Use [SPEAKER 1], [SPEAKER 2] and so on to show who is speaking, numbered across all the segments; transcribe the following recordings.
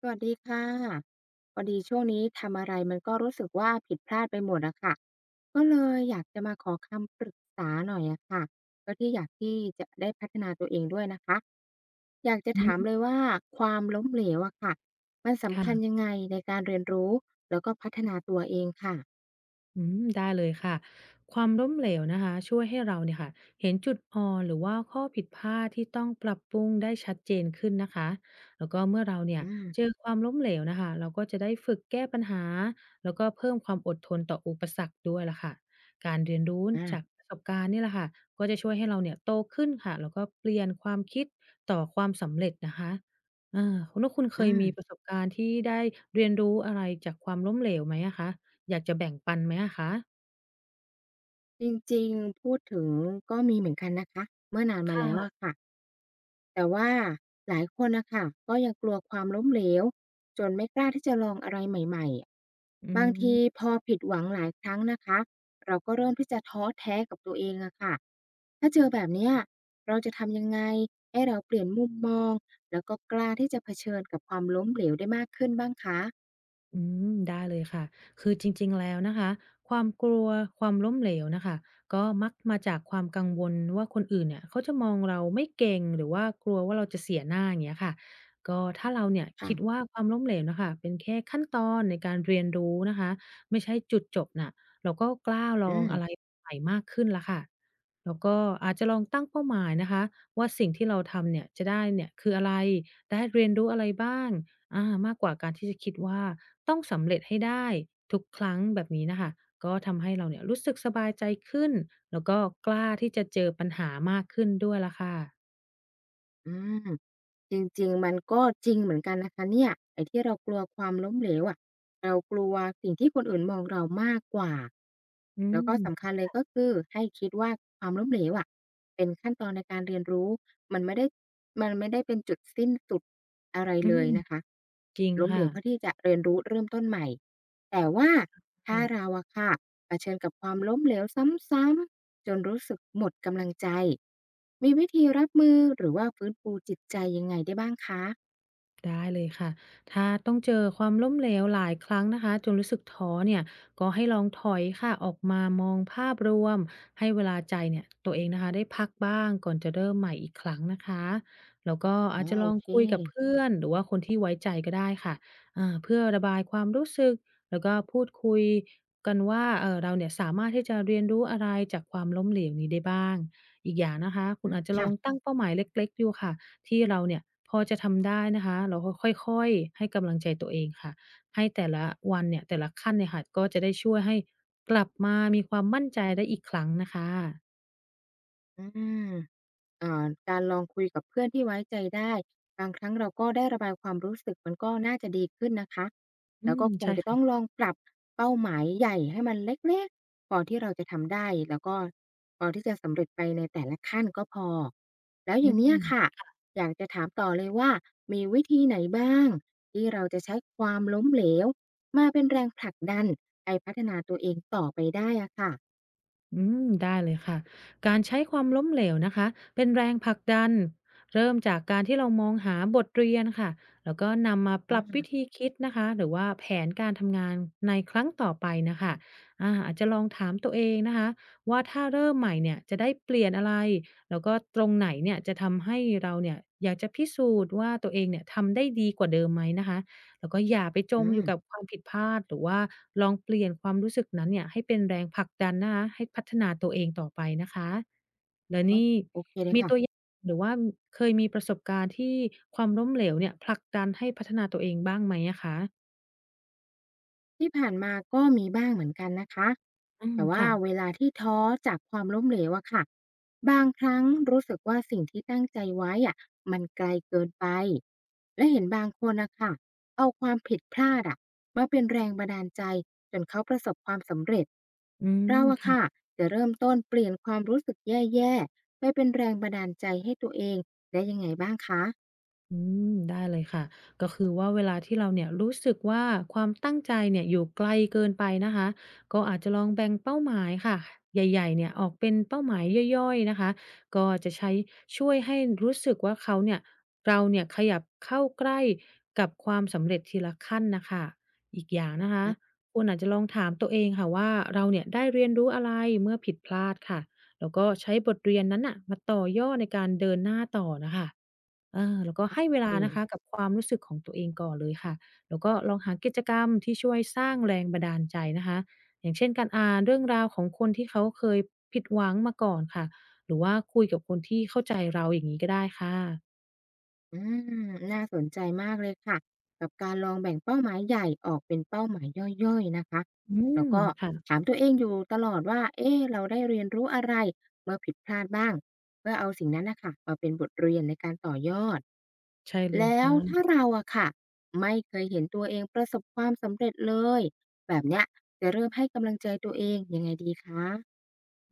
[SPEAKER 1] สวัสดีค่ะพอดีช่วงนี้ทำอะไรมันก็รู้สึกว่าผิดพลาดไปหมดอะค่ะก็เลยอยากจะมาขอคำปรึกษาหน่อยอะค่ะก็ที่อยากที่จะได้พัฒนาตัวเองด้วยนะคะอยากจะ
[SPEAKER 2] อื
[SPEAKER 1] ถามเลย
[SPEAKER 2] ม
[SPEAKER 1] ว่าความล้มเหลวอะค่ะมันสำคัญ
[SPEAKER 2] ค่ะ
[SPEAKER 1] ยังไงในการเรียนรู้แล้วก็พัฒนาตัวเองค่ะ
[SPEAKER 2] อืมได้เลยค่ะความล้มเหลวนะคะช่วยให้เราเนี่ยค่ะเห็นจุดอ่อนหรือว่าข้อผิดพลาดที่ต้องปรับปรุงได้ชัดเจนขึ้นนะคะแล้วก็เมื่อเราเนี่ย
[SPEAKER 1] อืม
[SPEAKER 2] เจอความล้มเหลวนะคะเราก็จะได้ฝึกแก้ปัญหาแล้วก็เพิ่มความอดทนต่ออุปสรรคด้วยล่ะค่ะการเรียนรู้จาก
[SPEAKER 1] อ่า
[SPEAKER 2] ประสบการณ์นี่แหละค่ะ ก็จะช่วยให้เราเนี่ยโตขึ้นค่ะแล้วก็เปลี่ยนความคิดต่อความสำเร็จนะคะคุณว่าคุณเค
[SPEAKER 1] อื
[SPEAKER 2] ย
[SPEAKER 1] ม
[SPEAKER 2] มีประสบการณ์ที่ได้เรียนรู้อะไรจากความล้มเหลวไหมอะคะ อยากจะแบ่งปันไหมอะคะ
[SPEAKER 1] จริงๆพูดถึงก็มีเหมือนกันนะคะเมื่อนาน
[SPEAKER 2] ค
[SPEAKER 1] มาแล้วอะ
[SPEAKER 2] ่ะ
[SPEAKER 1] ค่ะแต่ว่าหลายคนน่ะค่ะก็ยังกลัวความล้มเหลวจนไม่กล้าที่จะลองอะไรใหม่
[SPEAKER 2] อื
[SPEAKER 1] ๆบางที
[SPEAKER 2] ม
[SPEAKER 1] พอผิดหวังหลายครั้งนะคะเราก็เริ่มที่จะท้อแท้กับตัวเองอะค่ะถ้าเจอแบบเนี้ยเราจะทำยังไงให้เราเปลี่ยนมุมมองแล้วก็กล้าที่จะเผชิญกับความล้มเหลวได้มากขึ้นบ้างคะ
[SPEAKER 2] อืมได้เลยค่ะคือจริงๆแล้วนะคะความกลัวความล้มเหลวนะคะก็มักมาจากความกังวลว่าคนอื่นเนี่ยเขาจะมองเราไม่เก่งหรือว่ากลัวว่าเราจะเสียหน้าอย่างเงี้ยค่ะก็ถ้าเราเนี่ย
[SPEAKER 1] ค่ะ
[SPEAKER 2] คิดว่าความล้มเหลวน่ะค่ะเป็นแค่ขั้นตอนในการเรียนรู้นะคะไม่ใช่จุดจบน่ะเราก็กล้าลอ
[SPEAKER 1] อื
[SPEAKER 2] งอะ
[SPEAKER 1] ม
[SPEAKER 2] ไรใหม่มากขึ้นแล้วค่ะแล้วก็อาจจะลองตั้งเป้าหมายนะคะว่าสิ่งที่เราทำเนี่ยจะได้เนี่ยคืออะไรได้เรียนรู้อะไรบ้าง มากกว่าการที่จะคิดว่าต้องสำเร็จให้ได้ทุกครั้งแบบนี้นะคะก็ทำให้เราเนี่ยรู้สึกสบายใจขึ้นแล้วก็กล้าที่จะเจอปัญหามากขึ้นด้วยละค่ะ
[SPEAKER 1] อืมจริงๆมันก็จริงเหมือนกันนะคะเนี่ยไอ้ที่เรากลัวความล้มเหลวอะเรากลัวสิ่งที่คนอื่นมองเรามากกว่า
[SPEAKER 2] อื
[SPEAKER 1] แล้วก็สำคั
[SPEAKER 2] ม
[SPEAKER 1] ญเลยก็คือให้คิดว่าความล้มเหลวอะเป็นขั้นตอนในการเรียนรู้ มันไม่ได้มันไม่ได้เป็นจุดสิ้นสุดอะไร
[SPEAKER 2] อื
[SPEAKER 1] เล
[SPEAKER 2] ม
[SPEAKER 1] ยนะคะ
[SPEAKER 2] จริง
[SPEAKER 1] ล้มเหล
[SPEAKER 2] ค่ะ
[SPEAKER 1] วเพื่อที่จะเรียนรู้เริ่มต้นใหม่แต่ว่า
[SPEAKER 2] ใช่
[SPEAKER 1] ถ้าเราอะค่ะเผชิญกับความล้มเหลวซ้ำๆจนรู้สึกหมดกำลังใจมีวิธีรับมือหรือว่าฟื้นฟูจิตใจยังไงได้บ้างคะ
[SPEAKER 2] ได้เลยค่ะถ้าต้องเจอความล้มเหลวหลายครั้งนะคะจนรู้สึกท้อเนี่ยก็ให้ลองถอยค่ะออกมามองภาพรวมให้เวลาใจเนี่ยตัวเองนะคะได้พักบ้างก่อนจะเริ่มใหม่อีกครั้งนะคะแล้วก็อา
[SPEAKER 1] อ๋อ
[SPEAKER 2] จจะล
[SPEAKER 1] โอ
[SPEAKER 2] อง
[SPEAKER 1] เค
[SPEAKER 2] คุยกับเพื่อนหรือว่าคนที่ไว้ใจก็ได้ค่ะเพื่อระบายความรู้สึกแล้วก็พูดคุยกันว่าเออเราเนี่ยสามารถที่จะเรียนรู้อะไรจากความล้มเหลวนี้ได้บ้างอีกอย่างนะคะคุณ
[SPEAKER 1] อือ
[SPEAKER 2] อาจจะล
[SPEAKER 1] ค่ะ
[SPEAKER 2] องตั้งเป้าหมายเล็กๆอยูค่ะ ที่เราเนี่ยพอจะทำได้นะคะเราก็ค่อยๆให้กำลังใจตัวเองค่ะให้แต่ละวันเนี่ยแต่ละขั้นเนี่ยค่ะก็จะได้ช่วยให้กลับมามีความมั่นใจได้อีกครั้งนะคะ
[SPEAKER 1] อืม อ่าการลองคุยกับเพื่อนที่ไว้ใจได้บางครั้งเราก็ได้ระบายความรู้สึกมันก็น่าจะดีขึ้นนะคะ
[SPEAKER 2] อื
[SPEAKER 1] แล้ว
[SPEAKER 2] ม
[SPEAKER 1] ก็คง
[SPEAKER 2] ใช่
[SPEAKER 1] จะต้อง
[SPEAKER 2] ค่ะ
[SPEAKER 1] ลองปรับเป้าหมายใหญ่ให้มันเล็กๆพอที่เราจะทำได้แล้วก็พอที่จะสำเร็จไปในแต่ละขั้นก็พอแล้วอ
[SPEAKER 2] อื
[SPEAKER 1] ย่างเนี้ยค่ะ
[SPEAKER 2] ม
[SPEAKER 1] อยากจะถามต่อเลยว่ามีวิธีไหนบ้างที่เราจะใช้ความล้มเหลวมาเป็นแรงผลักดันให้พัฒนาตัวเองต่อไปได้อะค่ะ
[SPEAKER 2] อืมได้เลยค่ะ การใช้ความล้มเหลวนะคะเป็นแรงผลักดันเริ่มจากการที่เรามองหาบทเรียนค่ะแล้วก็นำมาป
[SPEAKER 1] อา
[SPEAKER 2] รับวิธีคิดนะคะหรือว่าแผนการทำงานในครั้งต่อไปนะคะอาจจะลองถามตัวเองนะคะว่าถ้าเริ่มใหม่เนี่ยจะได้เปลี่ยนอะไรแล้วก็ตรงไหนเนี่ยจะทำให้เราเนี่ยอยากจะพิสูจน์ว่าตัวเองเนี่ยทำได้ดีกว่าเดิมไหมนะคะ แล้วก็อย่าไปจม
[SPEAKER 1] อื
[SPEAKER 2] อยู่กับ
[SPEAKER 1] ม
[SPEAKER 2] ความผิดพลาดหรือว่าลองเปลี่ยนความรู้สึกนั้นเนี่ยให้เป็นแรงผลักดันนะคะให้พัฒนาตัวเองต่อไปนะคะแล้ว
[SPEAKER 1] โอ
[SPEAKER 2] นี่
[SPEAKER 1] โอเคเลย
[SPEAKER 2] มีตัวอ
[SPEAKER 1] ค่ะ
[SPEAKER 2] ย่างหรือว่าเคยมีประสบการณ์ที่ความล้มเหลวเนี่ยผลักดันให้พัฒนาตัวเองบ้างไหมอะคะ
[SPEAKER 1] ที่ผ่านมาก็มีบ้างเหมือนกันนะคะ
[SPEAKER 2] อืม
[SPEAKER 1] แต่ว่า
[SPEAKER 2] ค่ะ
[SPEAKER 1] เวลาที่ท้อจากความล้มเหลวอะค่ะ บางครั้งรู้สึกว่าสิ่งที่ตั้งใจไว้อะมันไกลเกินไป และเห็นบางคนนะคะเอาความผิดพลาดอะมาเป็นแรงบันดาลใจจนเขาประสบความสำเร็จ
[SPEAKER 2] อืม
[SPEAKER 1] เราอะค่ะ
[SPEAKER 2] ค่ะ
[SPEAKER 1] จะเริ่มต้นเปลี่ยนความรู้สึกแย่ๆไปเป็นแรงบันดาลใจให้ตัวเองได้ยังไงบ้างคะ
[SPEAKER 2] อืมได้เลยค่ะก็คือว่าเวลาที่เราเนี่ยรู้สึกว่าความตั้งใจเนี่ยอยู่ไกลเกินไปนะคะก็อาจจะลองแบ่งเป้าหมายค่ะใหญ่ๆเนี่ยออกเป็นเป้าหมายย่อยๆนะคะก็จะใช้ช่วยให้รู้สึกว่าเขาเนี่ยเราเนี่ยขยับเข้าใกล้กับความสำเร็จทีละขั้นนะคะอีกอย่างนะคะ
[SPEAKER 1] อ่ะ
[SPEAKER 2] คุณอาจจะลองถามตัวเองค่ะว่าเราเนี่ยได้เรียนรู้อะไรเมื่อผิดพลาดค่ะแล้วก็ใช้บทเรียนนั้นน่ะมาต่อยอดในการเดินหน้าต่อนะคะ แล้วก็ให้เวลา
[SPEAKER 1] เอง
[SPEAKER 2] นะคะกับความรู้สึกของตัวเองก่อนเลยค่ะแล้วก็ลองหากิจกรรมที่ช่วยสร้างแรงบันดาลใจนะคะอย่างเช่นการอ่านเรื่องราวของคนที่เขาเคยผิดหวังมาก่อนค่ะหรือว่าคุยกับคนที่เข้าใจเราอย่างงี้ก็ได้ค่ะ
[SPEAKER 1] อืมน่าสนใจมากเลยค่ะกับการลองแบ่งเป้าหมายใหญ่ออกเป็นเป้าหมายย่อยๆนะคะ
[SPEAKER 2] อืม
[SPEAKER 1] แล้วก็
[SPEAKER 2] ค่ะ
[SPEAKER 1] ถามตัวเองอยู่ตลอดว่าเอ๊ะเราได้เรียนรู้อะไรเมื่อผิดพลาดบ้างเพื่อเอาสิ่งนั้นนะค่ะมาเป็นบทเรียนในการต่อยอด
[SPEAKER 2] ใช่เลย
[SPEAKER 1] แล้วถ้า
[SPEAKER 2] ค่ะ
[SPEAKER 1] เราอะค่ะไม่เคยเห็นตัวเองประสบความสำเร็จเลยแบบเนี้ยจะเริ่มให้กำลังใจตัวเองยังไงดีคะ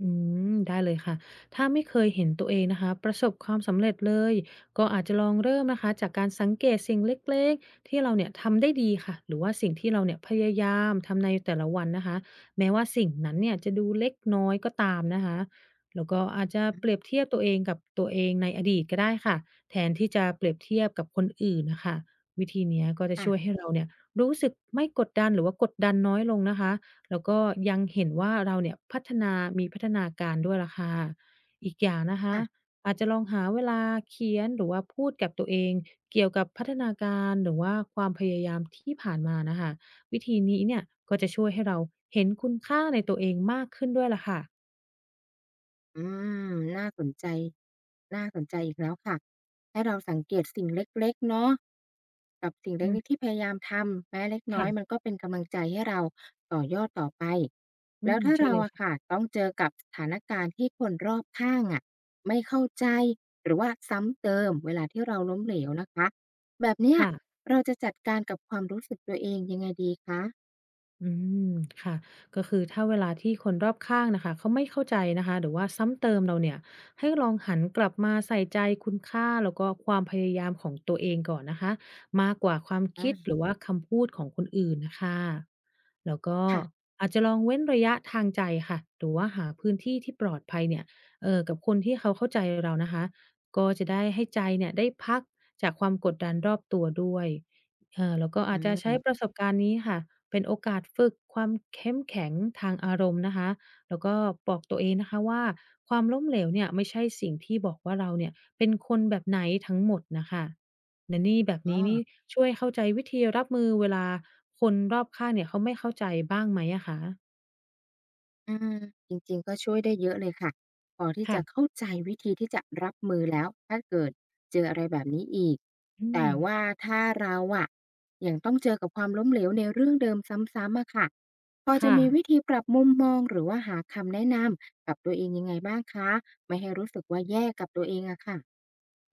[SPEAKER 2] อืได้เลยค่ะถ้าไม่เคยเห็นตัวเองนะคะประสบความสำเร็จเลยก็อาจจะลองเริ่มนะคะจากการสังเกตสิ่งเล็กๆที่เราเนี่ยทำได้ดีค่ะหรือว่าสิ่งที่เราเนี่ยพยายามทำในแต่ละวันนะคะแม้ว่าสิ่งนั้นเนี่ยจะดูเล็กน้อยก็ตามนะคะแล้วก็อาจจะเปรียบเทียบตัวเองกับตัวเองในอดีตก็ได้ค่ะแทนที่จะเปรียบเทียบกับคนอื่นนะคะวิธีเนี้ยก็จะ
[SPEAKER 1] ค่ะ
[SPEAKER 2] ช่วยให้เราเนี่ยรู้สึกไม่กดดันหรือว่ากดดันน้อยลงนะคะ แล้วก็ยังเห็นว่าเราเนี่ยพัฒนามีพัฒนาการด้วยล่ะค่ะอีกอย่างนะคะ
[SPEAKER 1] ค่ะ
[SPEAKER 2] อาจจะลองหาเวลาเขียนหรือว่าพูดกับตัวเองเกี่ยวกับพัฒนาการหรือว่าความพยายามที่ผ่านมาน่ะค่ะวิธีนี้เนี่ยก็จะช่วยให้เราเห็นคุณค่าในตัวเองมากขึ้นด้วยล่ะค่ะ
[SPEAKER 1] อืมน่าสนใจน่าสนใจอีกแล้วค่ะให้เราสังเกตสิ่งเล็กๆเนาะกับสิ่ง
[SPEAKER 2] อื
[SPEAKER 1] เล็กๆ
[SPEAKER 2] ม
[SPEAKER 1] ที่พยายามทำแม้เล็กน้อยมัน
[SPEAKER 2] ค่ะ
[SPEAKER 1] ก็เป็นกำลังใจให้เราต่อยอดต่อไป
[SPEAKER 2] อื
[SPEAKER 1] แล้ว
[SPEAKER 2] ม
[SPEAKER 1] ถ้า
[SPEAKER 2] ใช่
[SPEAKER 1] เรา
[SPEAKER 2] เลย
[SPEAKER 1] อะค่ะต้องเจอกับสถานการณ์ที่คนรอบข้างอะไม่เข้าใจหรือว่าซ้ำเติมเวลาที่เราล้มเหลวนะคะแบบเนี้ย
[SPEAKER 2] ค่ะ
[SPEAKER 1] เราจะจัดการกับความรู้สึกตัวเองยังไงดีคะ
[SPEAKER 2] อืมค่ะก็คือถ้าเวลาที่คนรอบข้างนะคะเขาไม่เข้าใจนะคะหรือว่าซ้ำเติมเราเนี่ยให้ลองหันกลับมาใส่ใจคุณค่าแล้วก็ความพยายามของตัวเองก่อนนะคะมากกว่าความ
[SPEAKER 1] อา
[SPEAKER 2] คิดหรือว่าคำพูดของคนอื่นนะคะแล้วก็
[SPEAKER 1] ค่ะ
[SPEAKER 2] อาจจะลองเว้นระยะทางใจค่ะหรือว่าหาพื้นที่ที่ปลอดภัยเนี่ยกับคนที่เขาเข้าใจเรานะคะก็จะได้ให้ใจเนี่ยได้พักจากความกดดันรอบตัวด้วยแล้วก็อา
[SPEAKER 1] อื
[SPEAKER 2] จจะใช้ป
[SPEAKER 1] ม
[SPEAKER 2] ระสบการณ์นี้ค่ะ เป็นโอกาสฝึกความเข้มแข็งทางอารมณ์นะคะแล้วก็บอกตัวเองนะคะว่าความล้มเหลวเนี่ยไม่ใช่สิ่งที่บอกว่าเราเนี่ยเป็นคนแบบไหนทั้งหมดนะคะและนี่แบบ
[SPEAKER 1] อ๋อ
[SPEAKER 2] นี้นี่ช่วยเข้าใจวิธีรับมือเวลาคนรอบข้างเนี่ยเขาไม่เข้าใจบ้างไหมอะคะ
[SPEAKER 1] อมจริงๆก็ช่วยได้เยอะเลยค่ะพอที่จะ
[SPEAKER 2] ค่ะ
[SPEAKER 1] เข้าใจวิธีที่จะรับมือแล้วถ้าเกิดเจออะไรแบบนี้อีก
[SPEAKER 2] อื
[SPEAKER 1] แต่
[SPEAKER 2] ม
[SPEAKER 1] ว่าถ้าเราอะยังต้องเจอกับความล้มเหลวในเรื่องเดิมซ้ำๆอะค่ะพอจะ
[SPEAKER 2] ค่ะ
[SPEAKER 1] มีวิธีปรับมุมมองหรือว่าหาคำแนะนำกับตัวเองยังไงบ้างคะไม่ให้รู้สึกว่าแย่กับตัวเองอะค่ะ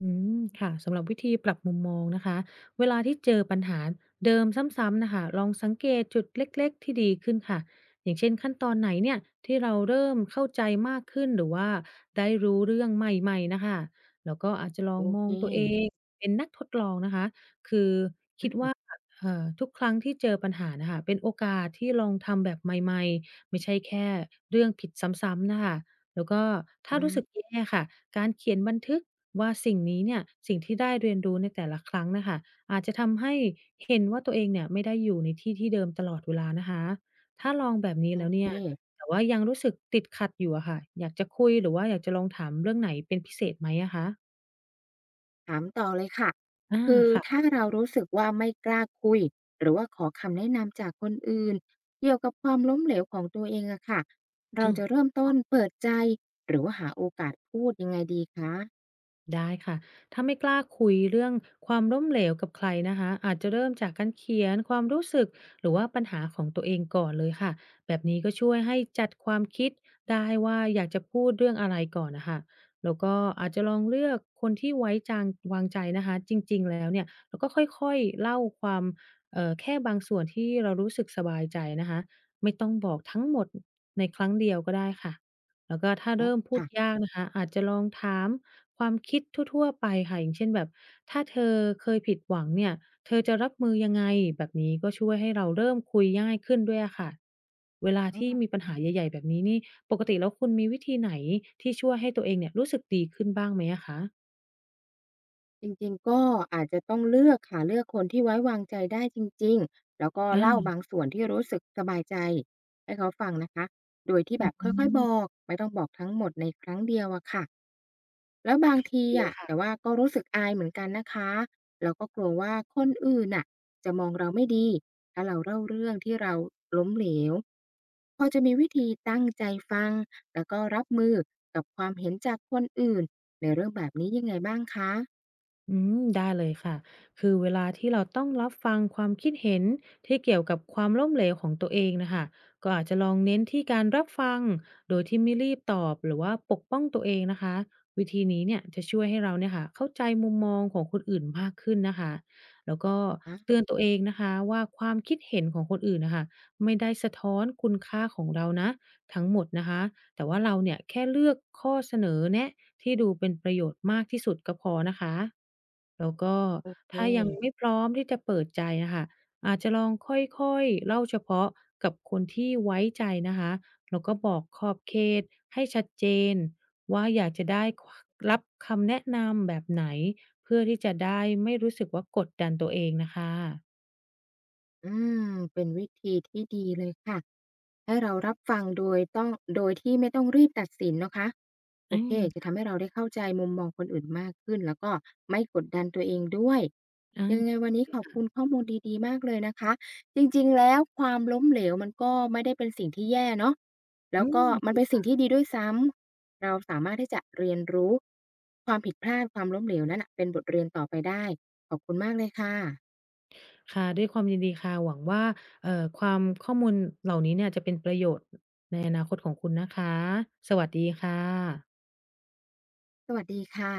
[SPEAKER 2] อืมค่ะสำหรับวิธีปรับมุมมองนะคะเวลาที่เจอปัญหาเดิมซ้ำๆนะคะลองสังเกตจุดเล็กๆที่ดีขึ้นค่ะอย่างเช่นขั้นตอนไหนเนี่ยที่เราเริ่มเข้าใจมากขึ้นหรือว่าได้รู้เรื่องใหม่ๆนะคะแล้วก็อาจจะลอ
[SPEAKER 1] โอ
[SPEAKER 2] งมอ
[SPEAKER 1] เค
[SPEAKER 2] งตัวเองเป็นนักทดลองนะคะคือคิ
[SPEAKER 1] อื
[SPEAKER 2] ดว่า
[SPEAKER 1] ม
[SPEAKER 2] ทุกครั้งที่เจอปัญหานะค่ะเป็นโอกาสที่ลองทำแบบใหม่ๆไม่ใช่แค่เรื่องผิดซ้ำๆนะคะ แล้วก็ถ้า
[SPEAKER 1] อื
[SPEAKER 2] รู้สึก
[SPEAKER 1] ม
[SPEAKER 2] แย่ค่ะการเขียนบันทึกว่าสิ่งนี้เนี่ยสิ่งที่ได้เรียนรู้ในแต่ละครั้งน่ะค่ะอาจจะทำให้เห็นว่าตัวเองเนี่ยไม่ได้อยู่ในที่ที่เดิมตลอดเวลานะคะถ้าลองแบบนี้
[SPEAKER 1] โอ
[SPEAKER 2] แล้ว
[SPEAKER 1] เค
[SPEAKER 2] เนี่ยแต่ว่ายังรู้สึกติดขัดอยู่อะค่ะอยากจะคุยหรือว่าอยากจะลองถามเรื่องไหนเป็นพิเศษไหมอะคะ
[SPEAKER 1] ถามต่อเลยค่ะ
[SPEAKER 2] อา
[SPEAKER 1] คือ
[SPEAKER 2] ค่ะ
[SPEAKER 1] ถ้าเรารู้สึกว่าไม่กล้าคุยหรือว่าขอคำแนะนำจากคนอื่นเกี่ยวกับความล้มเหลวของตัวเองอะค่ะเราจะเริ่มต้นเปิดใจหรือว่าหาโอกาสพูดยังไงดีคะ
[SPEAKER 2] ได้ค่ะถ้าไม่กล้าคุยเรื่องความล้มเหลวกับใครนะคะอาจจะเริ่มจากการเขียนความรู้สึกหรือว่าปัญหาของตัวเองก่อนเลยค่ะแบบนี้ก็ช่วยให้จัดความคิดได้ว่าอยากจะพูดเรื่องอะไรก่อนนะคะแล้วก็อาจจะลองเลือกคนที่ไว้จางวางใจนะคะจริงๆแล้วเนี่ยแล้วก็ค่อยๆเล่าความแค่บางส่วนที่เรารู้สึกสบายใจนะคะไม่ต้องบอกทั้งหมดในครั้งเดียวก็ได้ค่ะแล้วก็ถ้า
[SPEAKER 1] อ๋อ
[SPEAKER 2] เริ่มพูด
[SPEAKER 1] ค่ะ
[SPEAKER 2] ยากนะคะอาจจะลองถาม ความคิดทั่วๆไปค่ะอย่างเช่นแบบถ้าเธอเคยผิดหวังเนี่ยเธอจะรับมือยังไงแบบนี้ก็ช่วยให้เราเริ่มคุยง่ายขึ้นด้วยอะค่ะเวลา
[SPEAKER 1] อ๋
[SPEAKER 2] ที่
[SPEAKER 1] อ
[SPEAKER 2] มีปัญหาใหญ่ๆแบบนี้นี่ปกติแล้วคุณมีวิธีไหนที่ช่วยให้ตัวเองเนี่ยรู้สึกดีขึ้นบ้างไหมอะคะ
[SPEAKER 1] จริงๆก็อาจจะต้องเลือกค่ะเลือกคนที่ไว้วางใจได้จริงๆแล้วก็เล่า
[SPEAKER 2] อา
[SPEAKER 1] บางส่วนที่รู้สึกสบายใจให้เขาฟังนะคะโดยที่แบ
[SPEAKER 2] อื
[SPEAKER 1] บค่อยๆบ
[SPEAKER 2] ม
[SPEAKER 1] อกไม่ต้องบอกทั้งหมดในครั้งเดียวอะค่ะ แล้วบางที
[SPEAKER 2] ดีเลย
[SPEAKER 1] อะ
[SPEAKER 2] ค่ะ
[SPEAKER 1] แต่ว่าก็รู้สึกอายเหมือนกันนะคะแล้วก็กลัวว่าคนอื่นน่ะจะมองเราไม่ดีถ้าเราเล่าเรื่องที่เราล้มเหลวพอจะมีวิธีตั้งใจฟังแล้วก็รับมือกับความเห็นจากคนอื่นในเรื่องแบบนี้ยังไงบ้างคะ
[SPEAKER 2] อืมได้เลยค่ะ คือเวลาที่เราต้องรับฟังความคิดเห็นที่เกี่ยวกับความล้มเหลวของตัวเองนะคะก็อาจจะลองเน้นที่การรับฟัง โดยที่ไม่รีบตอบหรือว่าปกป้องตัวเองนะคะ วิธีนี้เนี่ยจะช่วยให้เราเนี่ยค่ะเข้าใจมุมมองของคนอื่นมากขึ้นนะคะ แล้วก็
[SPEAKER 1] อา
[SPEAKER 2] เตือน
[SPEAKER 1] โ
[SPEAKER 2] ตัวเองนะคะว่าความคิดเห็นของคนอื่นนะคะไม่ได้สะท้อนคุณค่าของเรานะทั้งหมดนะคะแต่ว่าเราเนี่ยแค่เลือกข้อเสนอแนะ ที่ดูเป็นประโยชน์มากที่สุดก็พอนะคะ แล้วก็
[SPEAKER 1] อเค
[SPEAKER 2] ถ้ายังไม่พร้อมที่จะเปิดใจอะค่ะอาจจะลองค่อยๆเล่าเฉพาะกับคนที่ไว้ใจนะคะแล้วก็บอกขอบเขตให้ชัดเจนว่าอยากจะได้รับคำแนะนำแบบไหนเพื่อที่จะได้ไม่รู้สึกว่ากดดันตัวเองนะคะ
[SPEAKER 1] อืมเป็นวิธีที่ดีเลยค่ะให้เรารับฟังโดยต้องโดยที่ไม่ต้องรีบตัดสินนะคะโอ
[SPEAKER 2] อ
[SPEAKER 1] เคจะ
[SPEAKER 2] า
[SPEAKER 1] ทำให้เราได้เข้าใจมุมมองคนอื่นมากขึ้นแล้วก็ไม่กดดันตัวเองด้วย
[SPEAKER 2] อา
[SPEAKER 1] ยังไงวันนี้ขอบคุณข้อมูลดีๆมากเลยนะคะจริงๆแล้วความล้มเหลวมันก็ไม่ได้เป็นสิ่งที่แย่เนาะแล้
[SPEAKER 2] อื
[SPEAKER 1] วก็
[SPEAKER 2] ม
[SPEAKER 1] มันเป็นสิ่งที่ดีด้วยซ้ำเราสามารถที่จะเรียนรู้ความผิดพลาดความล้มเหลวนั้นน่ะเป็นบทเรียนต่อไปได้ขอบคุณมากเลยค่ะ
[SPEAKER 2] ค่ะด้วยความยินดีค่ะหวังว่าความข้อมูลเหล่านี้เนี่ยจะเป็นประโยชน์ในอนาคตของคุณนะคะสวัสดีค่ะ
[SPEAKER 1] สวัสดีค่ะ